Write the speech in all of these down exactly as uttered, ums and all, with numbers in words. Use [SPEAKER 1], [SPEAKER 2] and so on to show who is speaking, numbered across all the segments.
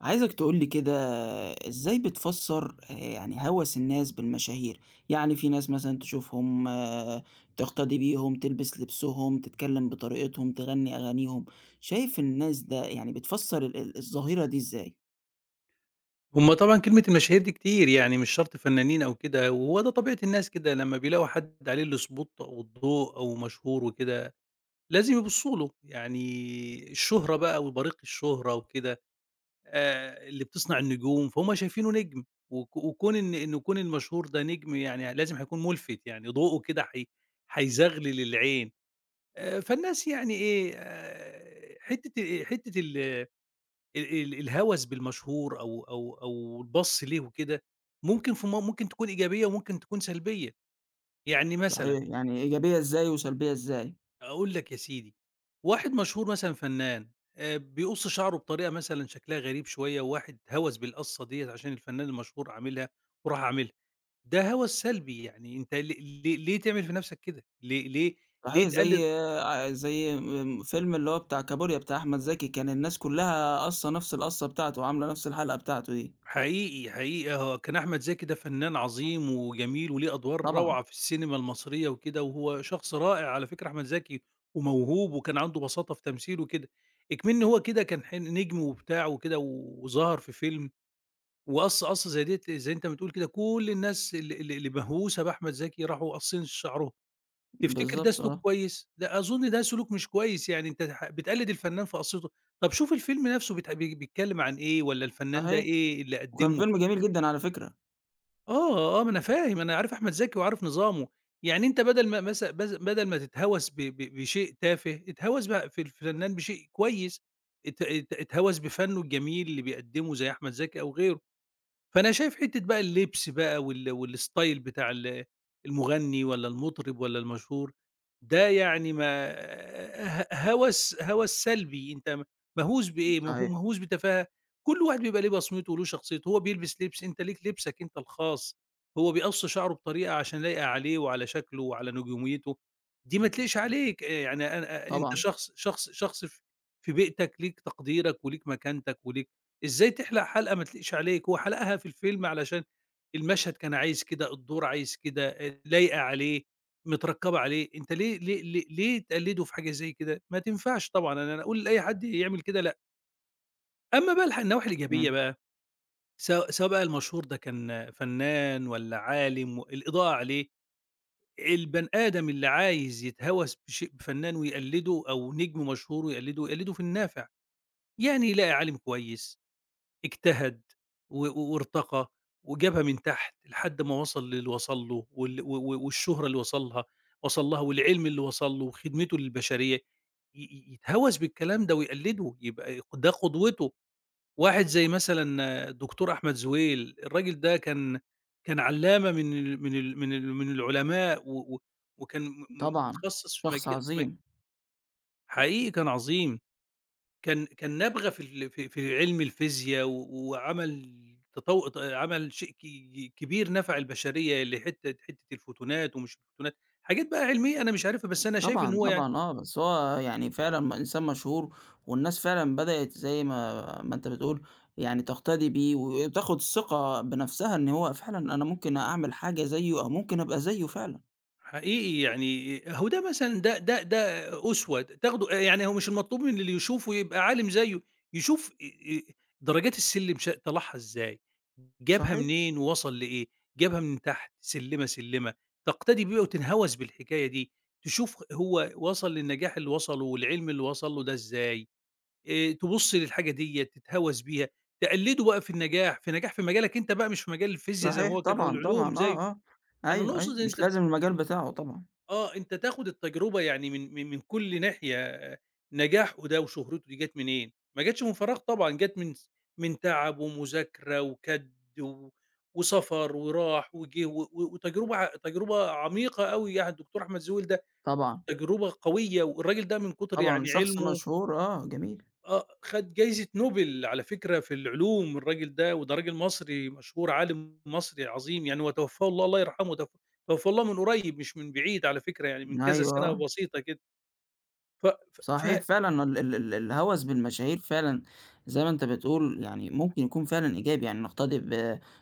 [SPEAKER 1] عايزك تقول لي كده. إزاي بتفسّر آآ يعني هَوَس الناس بالمشاهير؟ يعني في ناس مثلًا تشوفهم، آه، تقتدي بيهم، تلبس لبسهم، تتكلّم بطريقتهم، تغنّي أغانيهم، شايف الناس ده؟ يعني بتفسّر ال ال الظاهرة دي إزاي؟
[SPEAKER 2] هم طبعًا كلمة المشاهير دي كتير، يعني مش شرط فنانين أو كده، وهو ده طبيعة الناس كده لمّا بيلاقوا حد عليه الspot أو الضوء أو مشهور وكده، لازم يبصّوا له، يعني الشهرة بقى وبريق الشهرة وكده، آآ اللي بتصنع النجوم، فهُم شايفينه نجم. وك وكون إن إن كون المشهور ده نجم، يعني لازم هيكون مُلفت، يعني ضوءه كده حي هيزغلل العين. آآ فالناس يعني إيه، آآ حتّة حتّة ال ال ال الهَوَس بالمشهور، أو أو أو البَصّ ليه وكده، ممكن في م ممكن تكون إيجابية، وممكن تكون سلبية، يعني مثلًا
[SPEAKER 1] صحيح، يعني إيجابية إزاي وسلبية إزاي؟
[SPEAKER 2] أقول لك يا سيدي، واحد مشهور مثلًا فنان، آآ، بيقُص شعره بطريقة مثلًا شكلها غريب شوية، وواحد هَوَس بالقصّة ديّة عشان الفنان المشهور عاملها، وراح عاملها، ده هَوَس سلبي. يعني أنت ل ل ليه تعمل في نَفْسك كده؟ ليه ليه
[SPEAKER 1] صحيح،
[SPEAKER 2] ليه
[SPEAKER 1] زي
[SPEAKER 2] تقلد؟
[SPEAKER 1] ع زي آمم فيلم اللي هو بتاع كابوريا بتاع أحمد زكي، كان الناس كلّها قاصّة نَفْس القَصّة بتاعته وعاملة نَفْس الحَلْقة بتاعته دي.
[SPEAKER 2] حقيقي، حقيقي هو كان أحمد زكي ده فنان عظيم وجميل، وليه أدوار
[SPEAKER 1] طبعًا.
[SPEAKER 2] روعة في السينما المصرية وكده، وهو شخص رائع على فكرة أحمد زكي، وموهوب، وكان عنده بساطة في تمثيله وكده. إكمن إن هو كده كان ح نجم وبتاع وكده، وظهر في فيلم، وقَص قَصّة زي ديّة، زي أنت بتقول كده، كل الناس ال ال اللي مهووسة بأحمد زكي راحوا قاصين شعرهم. تفتكر ده
[SPEAKER 1] بالضبط،
[SPEAKER 2] سلوك
[SPEAKER 1] آه.
[SPEAKER 2] كويس؟ لأ، أظن ده سلوك مش كويس، يعني أنت ح بتقلد الفنان في قَصّته. طب شوف الفيلم نفسه بيت بي بيتكلم عن إيه، والّا الفنان ده
[SPEAKER 1] صحيح.
[SPEAKER 2] إيه اللي
[SPEAKER 1] وكان
[SPEAKER 2] قدّمه في
[SPEAKER 1] فيلم جميل
[SPEAKER 2] الفيلم؟
[SPEAKER 1] جدًا على فكرة.
[SPEAKER 2] آه، آه، ما أنا فاهم، أنا عارف أحمد زكي وعارف نظامه. يعني أنت بدل ما مس بز بدل ما تتهوّس ب ب بشيء تافه، اتهوّس بقى في الفنان بشيء كويس. ات ات اتهوّس بفنّه الجميل اللي بيقدّمه، زي أحمد زكي أو غيره. فأنا شايف حتّة بقى اللبس بقى، وال والstyle بتاع ال المغني، والّا المطرب، والّا المشهور، ده يعني ما ه هوس هوس سلبي. أنت م مهووس بإيه؟ مه
[SPEAKER 1] صحيح.
[SPEAKER 2] مهووس بتفاهة. كل واحد بيبقى ليه بصمته، وله شخصيته، هو بيلبس لبس، أنت ليك لبسك أنت الخاص، هو بيقص شعره بطريقة عشان لايقة عليه، وعلى شكله، وعلى نجوميته، دي ما تليقش عليك. آآ يعني أنا آه، أنت
[SPEAKER 1] طبعًا.
[SPEAKER 2] شخص شخص شخص ف في بيئتك ليك تقديرك، وليك مكانتك، وليك إزاي تحلق حلقة ما تليقش عليك؟ هو حلقها في الفيلم علشان المشهد كان عايز كده، الدور عايز كده، آآ لايقة عليه، متركّبة عليه، أنت ليه ليه ليه ليه تقلّده في حاجة زي كده؟ ما تنفعش طبعًا، أنا أنا أقول لأي حد يعمل كده لأ. أمّا بقى الح النواحي الإيجابية
[SPEAKER 1] إمم.
[SPEAKER 2] بقى، سواء سواء بقى المشهور ده كان فنان والّا عالم، الإضاءة عليه، البني آدم اللي عايز يتهوّس بشيء، بفنان ويقلّده، أو نجم مشهور ويقلّده، يقلّده في النافع. يعني يلاقي عالم كويس اجتهد و و وارتقى، وجابها من تحت لحد ما وصل للي وصل له، وال و و والشهرة اللي وصل لها وصل لها، والعلم اللي وصل له، وخدمته للبشرية، ي ي يتهوّس بالكلام ده ويقلده، يبقى ده قدوته. واحد زي مثلًا الدكتور أحمد زويل، الراجل ده كان كان علامة من ال من ال من ال من العلماء، و و وكان م م
[SPEAKER 1] طبعًا.
[SPEAKER 2] متخصص في
[SPEAKER 1] شخص
[SPEAKER 2] مجا في مج
[SPEAKER 1] عظيم.
[SPEAKER 2] حقيقي كان عظيم. كان كان نابغة في ال في في علم الفيزيا، و وعمل تطو ت عمل شيء ك كبير نفع البشرية، لحتة حتة الفوتونات ومش الفوتونات، حاجات بقى علمية أنا مش عارفها، بس أنا شايف إن
[SPEAKER 1] طبعًا،
[SPEAKER 2] هو يعني
[SPEAKER 1] طبعًا، آه. بس هو يعني فعلًا م إنسان مشهور والناس فعلًا بدأت زي ما ما أنت بتقول يعني تقتدي بيه وتاخُد الثقة بنَفْسها إن هو فعلًا أنا ممكن أعمل حاجة زيّه أو ممكن أبقى زيّه فعلًا.
[SPEAKER 2] حقيقي، يعني هو ده مثلًا ده ده ده أسوة تاخده، يعني هو مش المطلوب من اللي يشوفه يبقى عالم زيه، يشوف آآ آآ درجات السلم ش طلعها إزاي، جابها
[SPEAKER 1] صحيح،
[SPEAKER 2] منين ووصل لإيه، جابها من تحت سلِّمة، سلِّمة، تقتدي بيه وتنهوس بالحكاية دي، تشوف هو وصل للنجاح اللي وصله، والعلم اللي وصل له ده إزاي. آآ تبُص للحاجة ديّة تتهوس بيها، تقلده بقى في النجاح، في نجاح في مجالك أنت بقى، مش في مجال الفيزيا زي ما
[SPEAKER 1] صحيح.
[SPEAKER 2] هو كان، أو
[SPEAKER 1] طبعًا،
[SPEAKER 2] العلوم
[SPEAKER 1] طبعًا.
[SPEAKER 2] زيه.
[SPEAKER 1] آه، آه.
[SPEAKER 2] أنا
[SPEAKER 1] أيوه، أيوه.
[SPEAKER 2] نقصد
[SPEAKER 1] مش
[SPEAKER 2] أنت،
[SPEAKER 1] لازم المجال بتاعه طبعًا.
[SPEAKER 2] آه، أنت تاخد التجربة يعني من من من كل ناحية، آه، نجاحه ده وشهرته دي جات منين؟ ما جاتش من فراغ طبعًا، جات من س من تعب ومذاكرة وكَدّ و وسَفَر، وراح وجِه و و وتجربة ع تجربة عميقة أوي، يعني الدكتور أحمد زويل ده
[SPEAKER 1] طبعًا،
[SPEAKER 2] تجربة قوية، والراجل ده من كتر
[SPEAKER 1] طبعًا.
[SPEAKER 2] يعني
[SPEAKER 1] شخص
[SPEAKER 2] علمه،
[SPEAKER 1] مشهور، آه، جميل.
[SPEAKER 2] آه، خد جايزة نوبل على فكرة في العلوم الراجل ده، وده راجل مصري مشهور، عالم مصري عظيم يعني، وتوفاه الله، الله يرحمه، تف توفاه الله من قريب مش من بعيد على فكرة، يعني من كذا
[SPEAKER 1] أيوه،
[SPEAKER 2] سنة
[SPEAKER 1] آه.
[SPEAKER 2] بسيطة كده. ف ف ف
[SPEAKER 1] صحيح فعلًا ال ال ال الهَوَس بالمشاهير فعلًا زي ما أنت بتقول يعني ممكن يكون فعلًا إيجابي، يعني نقتدي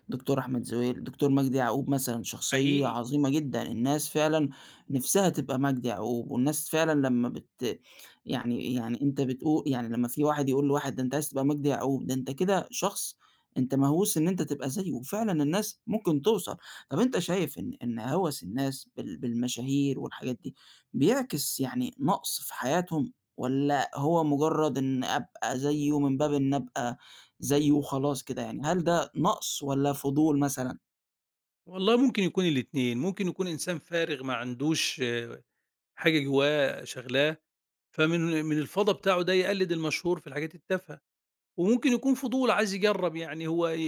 [SPEAKER 1] بدكتور أحمد زويل، دكتور مجدي يعقوب مثلًا شخصية
[SPEAKER 2] حقيقي،
[SPEAKER 1] عظيمة جدًا، الناس فعلًا نِفْسها تبقى مجدي يعقوب، والناس فعلًا لمّا بت يعني يعني أنت بتقو يعني لمّا في واحد يقول لواحد ده أنت عايز تبقى مجدي يعقوب، ده أنت كده شخص، أنت مهووس إن أنت تبقى زيه، وفعلًا الناس ممكن توصل. طَب أنت شايف إن إن هَوَس الناس بال بالمشاهير والحاجات دي بيعكس يعني نقص في حياتهم، والّا هو مجرّد إن أبقى زيه من باب إن أبقى زيه وخلاص كده؟ يعني هل ده نقص والّا فضول مثلًا؟
[SPEAKER 2] والله ممكن يكون الاتنين، ممكن يكون إنسان فارغ ما عندوش، آه، حاجة جواه شاغلاه، فمن من الفضا بتاعه ده يقلد المشهور في الحاجات التافهة. وممكن يكون فضول عايز يجرّب، يعني هو ي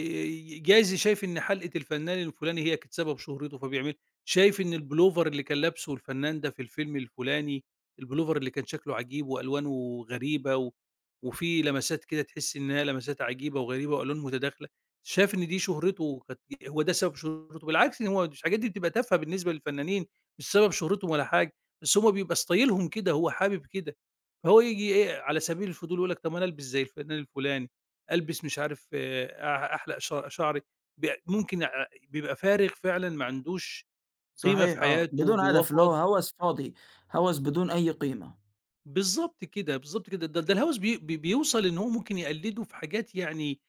[SPEAKER 2] ي جايز شايف إن حَلقة الفنان الفلاني هي كانت سبب شهرته، فبيعمل، شايف إن البلوفر اللي كان لابسه الفنان ده في الفيلم الفلاني، البلوفر اللي كان شكله عجيب، وألوانه غريبة، و وفيه لمسات كده تحس إنها لمسات عجيبة وغريبة، وألوان متداخلة، شاف إن دي شهرته كانت، هو ده سبب شهرته، بالعكس إن هو الحاجات دي بتبقى تافهة بالنسبة للفنانين، مش سبب شهرتهم ولا حاجة، بس هم بيبقى ستايلهم كده، هو حابب كده. فهو ييجي إيه، على سبيل الفضول، يقول لك طب ما أنا ألبس زي الفنان الفلاني، ألبس مش عارف آه، أح أحلق ش شعري، ب ممكن ع بيبقى فارغ فعلًا ما عندوش قيمة
[SPEAKER 1] صحيح،
[SPEAKER 2] في
[SPEAKER 1] آه،
[SPEAKER 2] حياته،
[SPEAKER 1] بدون
[SPEAKER 2] جوّاه
[SPEAKER 1] هدف اللي هو
[SPEAKER 2] فاضي.
[SPEAKER 1] هوس فاضي، هوس بدون أي قيمة،
[SPEAKER 2] بالضبط كده، بالضبط كده، ده ده الهوس بي بي بيوصل إن هو ممكن يقلده في حاجات يعني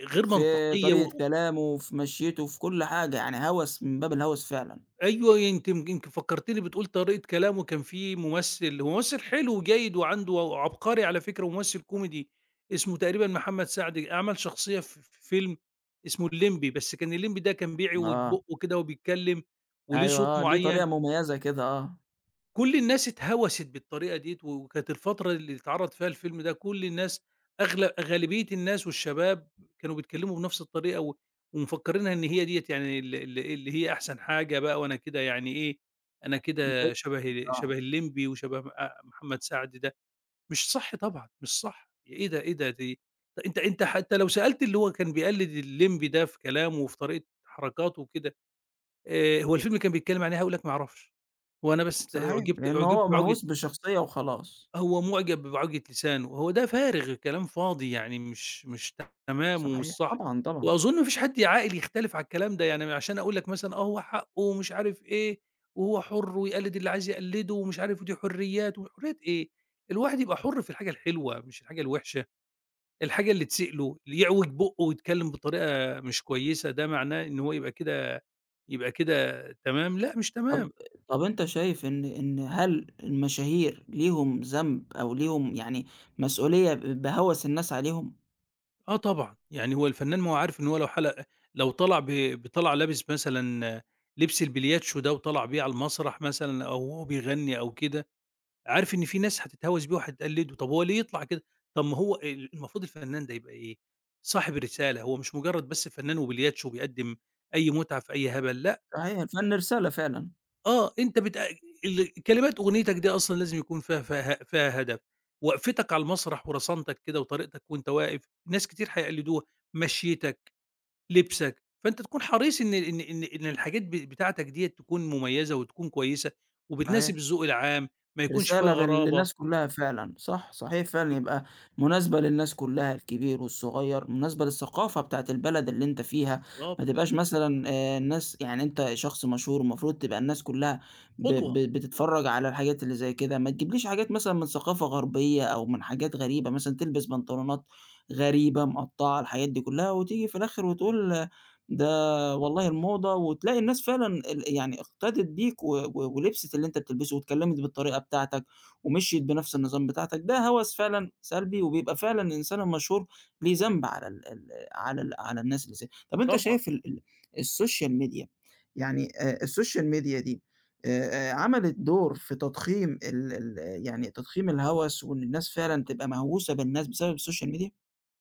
[SPEAKER 2] غير
[SPEAKER 1] في
[SPEAKER 2] منطقية.
[SPEAKER 1] طريقة
[SPEAKER 2] و
[SPEAKER 1] كلامه، في مشيته، في كل حاجة، يعني هوس من باب الهوس فعلًا.
[SPEAKER 2] أيوه، أنتِ يمكن يمكن فكّرتيني، بتقول طريقة كلامه، كان في ممثل، هو ممثل حلو وجيد وعنده عبقري على فكرة، وممثل كوميدي اسمه تقريبًا محمد سعد، عمل شخصية في في فيلم اسمه الليمبي، بس كان الليمبي ده كان بيعوج
[SPEAKER 1] آه،
[SPEAKER 2] بُقّه كده وبيتكلم، وليه
[SPEAKER 1] أيوه،
[SPEAKER 2] صوت
[SPEAKER 1] آه، ليه طريقة
[SPEAKER 2] معيّن.
[SPEAKER 1] مميزة كده، آه،
[SPEAKER 2] كل الناس اتهوّست بالطريقة ديّة، و وكانت الفترة اللي اتعرض فيها الفيلم ده كل الناس، أغلب غالبية الناس والشباب، كانوا بيتكلّموا بنفس الطريقة، و ومفكّرينها إن هي ديّة يعني ال ال اللي هي أحسن حاجة بقى، وأنا كده يعني إيه، أنا كده شبه
[SPEAKER 1] آه،
[SPEAKER 2] شبه الليمبي وشبه أ محمد سعد ده. مش صح طبعًا، مش صح، إيه ده، إيه ده، دي أنت، أنت حتى لو سألت اللي هو كان بيقلد الليمبي ده في كلامه، وفي طريقة حركاته وكده، آآ هو الفيلم كان بيتكلّم عن إيه؟ هاقول لك ما أعرفش، هو أنا بس ت
[SPEAKER 1] صحيح،
[SPEAKER 2] أُعجبت
[SPEAKER 1] لإن
[SPEAKER 2] أُعجبت
[SPEAKER 1] هو
[SPEAKER 2] بعُجة،
[SPEAKER 1] مهووس بشخصية وخلاص.
[SPEAKER 2] هو مُعجب بعُجة لسانه، هو ده فارغ، كلام فاضي يعني مش مش تمام، ومش
[SPEAKER 1] صحيح،
[SPEAKER 2] صح.
[SPEAKER 1] طبعًا، طبعًا.
[SPEAKER 2] وأظُن ما فيش حد عاقل يختلف على الكلام ده، يعني عشان أقول لك مثلًا آه هو حقّه ومش عارف إيه، وهو حُر ويقلِّد اللي عايز يقلِّده ومش عارف، ودي حريّات، وحريّات إيه؟ الواحد يبقى حُر في الحاجة الحلوة، مش الحاجة الوِحشة، الحاجة اللي تسيء له، اللي يعوج بُقّه ويتكلّم بطريقة مش كويسة، ده معناه إن هو يبقى كده، يبقى كده تمام؟ لأ، مش
[SPEAKER 1] طب
[SPEAKER 2] تمام.
[SPEAKER 1] طب أنت شايف إن إن هل المشاهير ليهم ذنب أو ليهم يعني مسؤولية ب بهوس الناس عليهم؟
[SPEAKER 2] آه طبعًا، يعني هو الفنان ما هو عارف إن هو لو حَلَق لو طلع ب بطلع لابس مثلًا لبس البلياتشو ده، وطلع بيه على المسرح مثلًا، أو وهو بيغني أو كده، عارف إن في ناس هتتهوّس بيه وهتقلّده، طب هو ليه يطلع كده؟ طب ما هو ال المفروض الفنان ده يبقى إيه، صاحب رسالة، هو مش مجرّد بس فنان وبلياتشو بيقدّم أي مُتعة في أي هبل، لأ.
[SPEAKER 1] صحيح، الفن رسالة فعلًا،
[SPEAKER 2] آه، أنت بت ال كلمات أغنيتك دي أصلًا لازم يكون فيها فيها فيها هدف، وقفتك على المسرح، ورصانتك كده، وطريقتك وأنت واقف، ناس كتير هيقلّدوها، مشيّتك، لبسك، فأنت تكون حريص إن إن إن إن الحاجات ب بتاعتك ديّة تكون مميزة، وتكون كويسة، وبتناسب
[SPEAKER 1] صحيح.
[SPEAKER 2] الذوق العام، ما يكونش فيها
[SPEAKER 1] رسالة بال
[SPEAKER 2] غرابة.
[SPEAKER 1] للناس كلّها فعلًا، صح، صحيح فعلًا،
[SPEAKER 2] م،
[SPEAKER 1] يبقى مناسبة للناس كلّها الكبير والصغير، مناسبة للثقافة بتاعة البلد اللي أنت فيها، ما
[SPEAKER 2] بالضبط.
[SPEAKER 1] تبقاش مثلًا آآ الناس يعني أنت شخص مشهور المفروض تبقى الناس كلّها ب ب
[SPEAKER 2] قدوة.
[SPEAKER 1] بتتفرّج على الحاجات اللي زي كده، ما تجيبليش حاجات مثلًا من ثقافة غربية أو من حاجات غريبة، مثلًا تلبس بنطلونات غريبة مقطّعة، الحاجات دي كلّها وتيجي في الآخر وتقول آه، ده والله الموضة، وتلاقي الناس فعلًا ال يعني اقتدت بيك و و ولبست اللي أنت بتلبسه واتكلمت بالطريقة بتاعتك، ومشيت بنفس النظام بتاعتك، ده هوس فعلًا سلبي، وبيبقى فعلًا الإنسان المشهور ليه ذنب على ال ال على ال على الناس اللي زيه. طب أنت
[SPEAKER 2] طبعًا.
[SPEAKER 1] شايف ال ال السوشيال ميديا، يعني آآ السوشيال ميديا دي آآ آآ عملت دور في تضخيم ال ال يعني تضخيم الهوس، وإن الناس فعلًا تبقى مهووسة بالناس بسبب السوشيال ميديا؟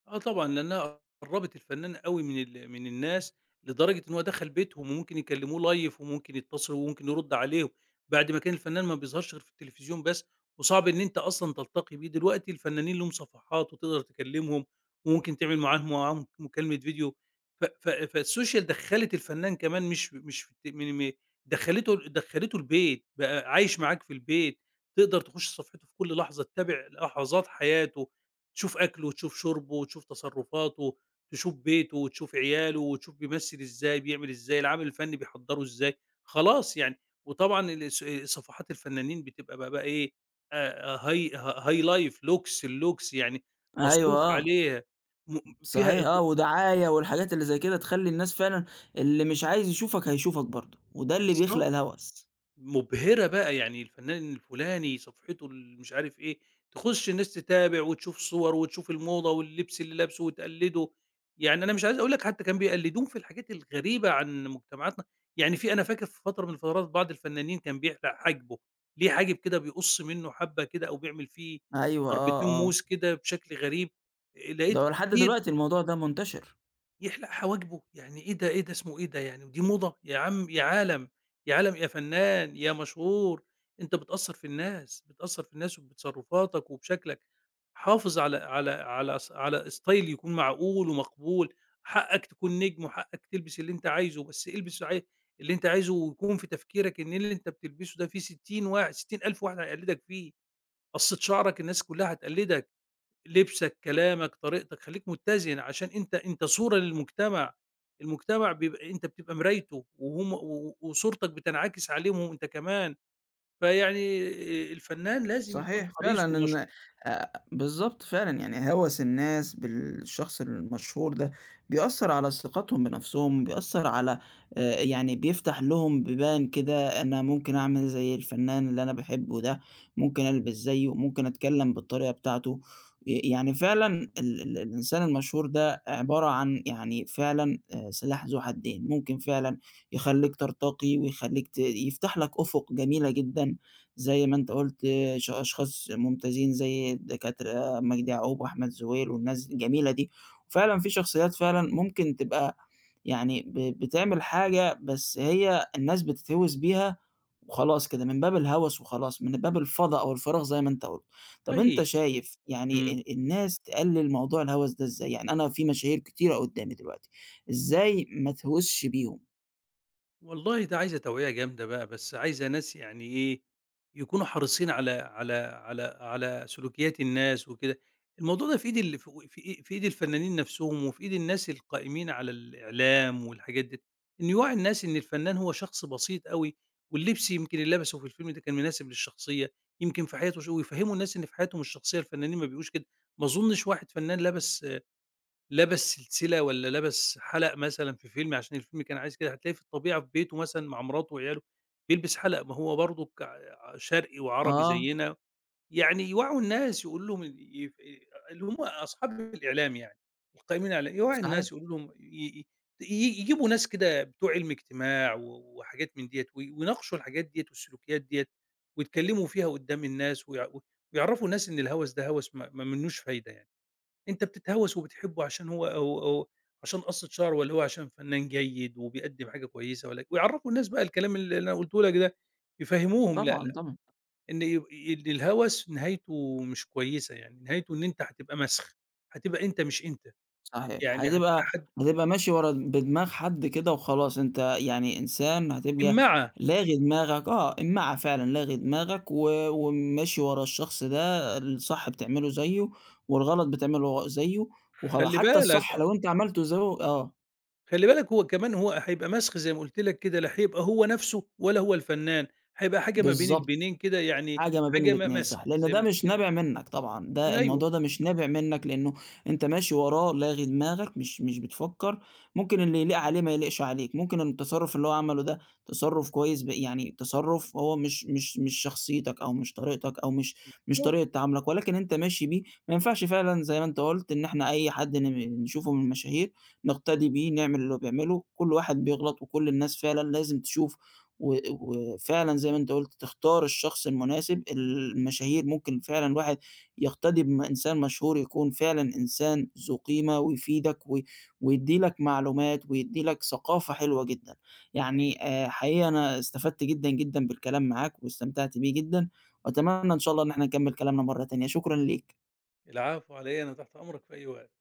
[SPEAKER 2] آه طبعًا، لأنها قرّبت الفنان أوي من ال من الناس، لدرجة إن هو دخل بيتهم، وممكن يكلموه live، وممكن يتصلوا، وممكن يرُد عليهم، بعد ما كان الفنان ما بيظهرش غير في التلفزيون بس، وصعب إن أنت أصلًا تلتقي بيه، دلوقتي الفنانين ليهم صفحات وتقدر تكلمهم، وممكن تعمل معاهم معاهم مكالمة فيديو. ف ف فالsocial دخّلت الفنان كمان، مش مش في الت من م دخّلته دخّلته البيت، بقى عايش معاك في البيت، تقدر تخش صفحته في كل لحظة، تتابع لحظات حياته، تشوف أكله، وتشوف شربه، وتشوف تصرفاته، تشوف بيته، وتشوف عياله، وتشوف بيمثّل إزاي، بيعمل إزاي، العمل الفني بيحضّره إزاي، خلاص يعني. وطبعًا الس صفحات الفنانين بتبقى بقى بقى إيه، آآ high high life، لوكس، اللوكس يعني
[SPEAKER 1] أيوه،
[SPEAKER 2] مصروف
[SPEAKER 1] آه.
[SPEAKER 2] عليها. م، فيها
[SPEAKER 1] صحيح،
[SPEAKER 2] إغ،
[SPEAKER 1] آه، ودعاية والحاجات اللي زي كده تخلّي الناس فعلًا اللي مش عايز يشوفك هيشوفك برضه، وده اللي بيخلق
[SPEAKER 2] بالضبط.
[SPEAKER 1] الهوس.
[SPEAKER 2] مبهرة بقى، يعني الفنان الفُلاني صفحته ال مش عارف إيه، تخُش الناس تتابع وتشوف صور، وتشوف الموضة واللبس اللي لابسه، وتقلّده، يعني أنا مش عايز أقول لك، حتى كان بيقلّدوهم في الحاجات الغريبة عن مجتمعاتنا، يعني في، أنا فاكر في فترة من الفترات بعض الفنانين كان بيحلق حاجبه، ليه حاجب كده بيقُص منه حبّة كده، أو بيعمل فيه
[SPEAKER 1] أيوه،
[SPEAKER 2] ضربتين
[SPEAKER 1] آه، آه،
[SPEAKER 2] موس كده بشكل غريب، آآ
[SPEAKER 1] ده
[SPEAKER 2] لقيت
[SPEAKER 1] هو لحد
[SPEAKER 2] كتير
[SPEAKER 1] دلوقتي الموضوع ده منتشر.
[SPEAKER 2] يحلق حواجبه! يعني إيه ده، إيه ده اسمه، إيه ده يعني، ودي موضة! يا عم يا عالم، يا عالم يا فنان، يا مشهور، أنت بتأثّر في الناس، بتأثّر في الناس وبتصرفاتك وبشكلك، حافظ على على على س على style يكون معقول ومقبول، حقك تكون نجم، وحقك تلبس اللي أنت عايزه، بس البس عاي اللي أنت عايزه، ويكون في تفكيرك إن اللي أنت بتلبسه ده في ستين واحد ستين ألف واحد هيقلدك فيه، قصّة شعرك الناس كلّها هتقلدك، لبسك، كلامك، طريقتك، خلّيك متّزن عشان أنت أنت صورة للمجتمع، المجتمع بيبقى أنت بتبقى مرايته، وهم و وصورتك بتنعكس عليهم أنت كمان، فيعني آآ الفنان لازم يكون
[SPEAKER 1] صحيح فعلًا
[SPEAKER 2] حريص،
[SPEAKER 1] إن
[SPEAKER 2] والمشهور،
[SPEAKER 1] آآ بالضبط فعلًا، يعني هَوَس الناس بالشخص المشهور ده بيأثّر على ثقتهم بنَفْسهم، بيأثّر على آآ يعني بيفتح لهم بيبان كده أنا ممكن أعمل زي الفنان اللي أنا باحبه ده، ممكن ألبس زيّه، ممكن أتكلّم بالطريقة بتاعته، ي يعني فعلًا ال ال الإنسان المشهور ده عبارة عن يعني فعلًا آآ سلاح ذو حدين، ممكن فعلًا يخلّيك ترتقي ويخلّيك ت يفتح لك أُفُق جميلة جدًا. زي ما أنت قُلت ش أشخاص ممتازين زي الدكاترة مجدي يعقوب وأحمد زويل والناس الجميلة دي، وفعلًا في شخصيات فعلًا ممكن تبقى يعني ب بتعمل حاجة بس هي الناس بتتهوِس بيها وخلاص كده من باب الهوس وخلاص، من باب الفضا أو الفراغ زي ما أنت قُلت. طَب أنت
[SPEAKER 2] حقيقي.
[SPEAKER 1] شايف يعني
[SPEAKER 2] إمم.
[SPEAKER 1] ال الناس تقلِّل موضوع الهوس ده إزاي؟ يعني أنا في مشاهير كتيرة قُدّامي دلوقتي، إزاي ما اتهوسش بيهم؟
[SPEAKER 2] والله ده عايزة توعية جامدة بقى، بس عايزة ناس يعني إيه، يكونوا حريصين على على على على سلوكيات الناس وكده. الموضوع ده في إيد ال في في في إيد الفنانين نفسهم، وفي إيد الناس القائمين على الإعلام والحاجات دي، إنه يوعّي الناس إن الفنان هو شخص بسيط أوي، واللبس يمكن اللي لبسه في الفيلم ده كان مناسب للشخصية، يمكن في حياته ش، ويفهّموا الناس إن في حياتهم الشخصية الفنانين ما بيبقوش كده. ما أظنش واحد فنان لبس، لبس سلسلة والّا لبس حَلَق مثلًا في فيلم عشان الفيلم كان عايز كده، هتلاقيه في الطبيعة في بيته مثلًا مع مراته وعياله بيلبس حَلَق، ما هو برضُك ع شرقي وعربي
[SPEAKER 1] آه،
[SPEAKER 2] زيّنا، يعني يوعّوا الناس يقولوا لهم ال يف، اللي هم أصحاب الإعلام يعني، القائمين على يوعّوا
[SPEAKER 1] صحيح،
[SPEAKER 2] الناس يقولوا لهم ي ي ي يجيبوا ناس كده بتوع علم اجتماع و وحاجات من ديّة، و ويناقشوا الحاجات ديّة والسلوكيات ديّة، ويتكلّموا فيها قدّام الناس، ويع ويعرّفوا الناس إن الهَوَس ده هَوَس ما ما منّوش فايدة يعني. أنت بتتهوّس وبتحبه عشان هو هو هو عشان قصّة شعره، والّا هو عشان فنان جيد وبيقدّم حاجة كويسة، والّا، ويعرّفوا الناس بقى الكلام ال اللي أنا قُلته لك ده، يفهّموهم لأ،
[SPEAKER 1] طبعًا،
[SPEAKER 2] لأ،
[SPEAKER 1] طبعًا.
[SPEAKER 2] إن يب إن الهوس نهايته مش كويسة يعني، نهايته إن أنت هتبقى مسخ، هتبقى أنت مش أنت،
[SPEAKER 1] صحيح،
[SPEAKER 2] يعني هتبقى
[SPEAKER 1] هتبقى
[SPEAKER 2] حد
[SPEAKER 1] هتبقى ماشي ورا بدماغ حد كده وخلاص، أنت يعني إنسان هتبقى
[SPEAKER 2] إمّاعة.
[SPEAKER 1] لاغي دماغك، آه، إماعة فعلًا، لاغي دماغك و وماشي ورا الشخص ده، الصح بتعمله زيه والغلط بتعمله زيه وخلا
[SPEAKER 2] خلّي
[SPEAKER 1] حتى
[SPEAKER 2] بالك،
[SPEAKER 1] الصح
[SPEAKER 2] آه،
[SPEAKER 1] لو أنت عملته زيه، آه،
[SPEAKER 2] خلّي بالك، هو كمان هو هيبقى مسخ زي ما قُلت لك كده، لا هيبقى هو نَفْسه، ولا هو الفنان، هيبقى حاجة ما بين
[SPEAKER 1] بالضبط.
[SPEAKER 2] البينين كده يعني،
[SPEAKER 1] حاجة ما بين
[SPEAKER 2] حاجة م
[SPEAKER 1] الاتنين،
[SPEAKER 2] مسخ
[SPEAKER 1] صح، لإن
[SPEAKER 2] زي
[SPEAKER 1] ده
[SPEAKER 2] ما قُلت
[SPEAKER 1] مش
[SPEAKER 2] لك.
[SPEAKER 1] نابع منّك طبعًا، ده
[SPEAKER 2] أيوه،
[SPEAKER 1] الموضوع ده مش نابع منّك لإنه أنت ماشي وراه لاغي دماغك مش مش بتفكّر، ممكن اللي يليق عليه ما يليقش عليك، ممكن إن التصرُّف اللي هو عمله ده تصرُّف كويس ب يعني تصرُّف هو مش مش مش شخصيتك أو مش طريقتك أو مش مش
[SPEAKER 2] بالضبط،
[SPEAKER 1] طريقة تعاملك، ولكن أنت ماشي بيه، ما ينفعش فعلًا زي ما أنت قُلت إن إحنا أي حد ن نشوفه من المشاهير نقتدي بيه، نعمل اللي هو بيعمله، كل واحد بيغلط وكل الناس فعلًا لازم تشوف و وفعلًا زي ما أنت قُلت تختار الشخص المناسب، المشاهير ممكن فعلًا واحد يقتدي بإنسان مشهور يكون فعلًا إنسان ذو قيمة ويفيدك و ويدّي لك معلومات ويدّي لك ثقافة حلوة جدًا. يعني
[SPEAKER 2] حقيقي.
[SPEAKER 1] آآ حقيقي أنا استفدت جدًا، جدًا بالكلام معاك واستمتعت بيه جدًا، وأتمنى إن شاء الله إن إحنا نكمّل كلامنا مرّة تانية، شكرًا ليك.
[SPEAKER 2] العفو على إيه، أنا تحت أمرك في أي وقت.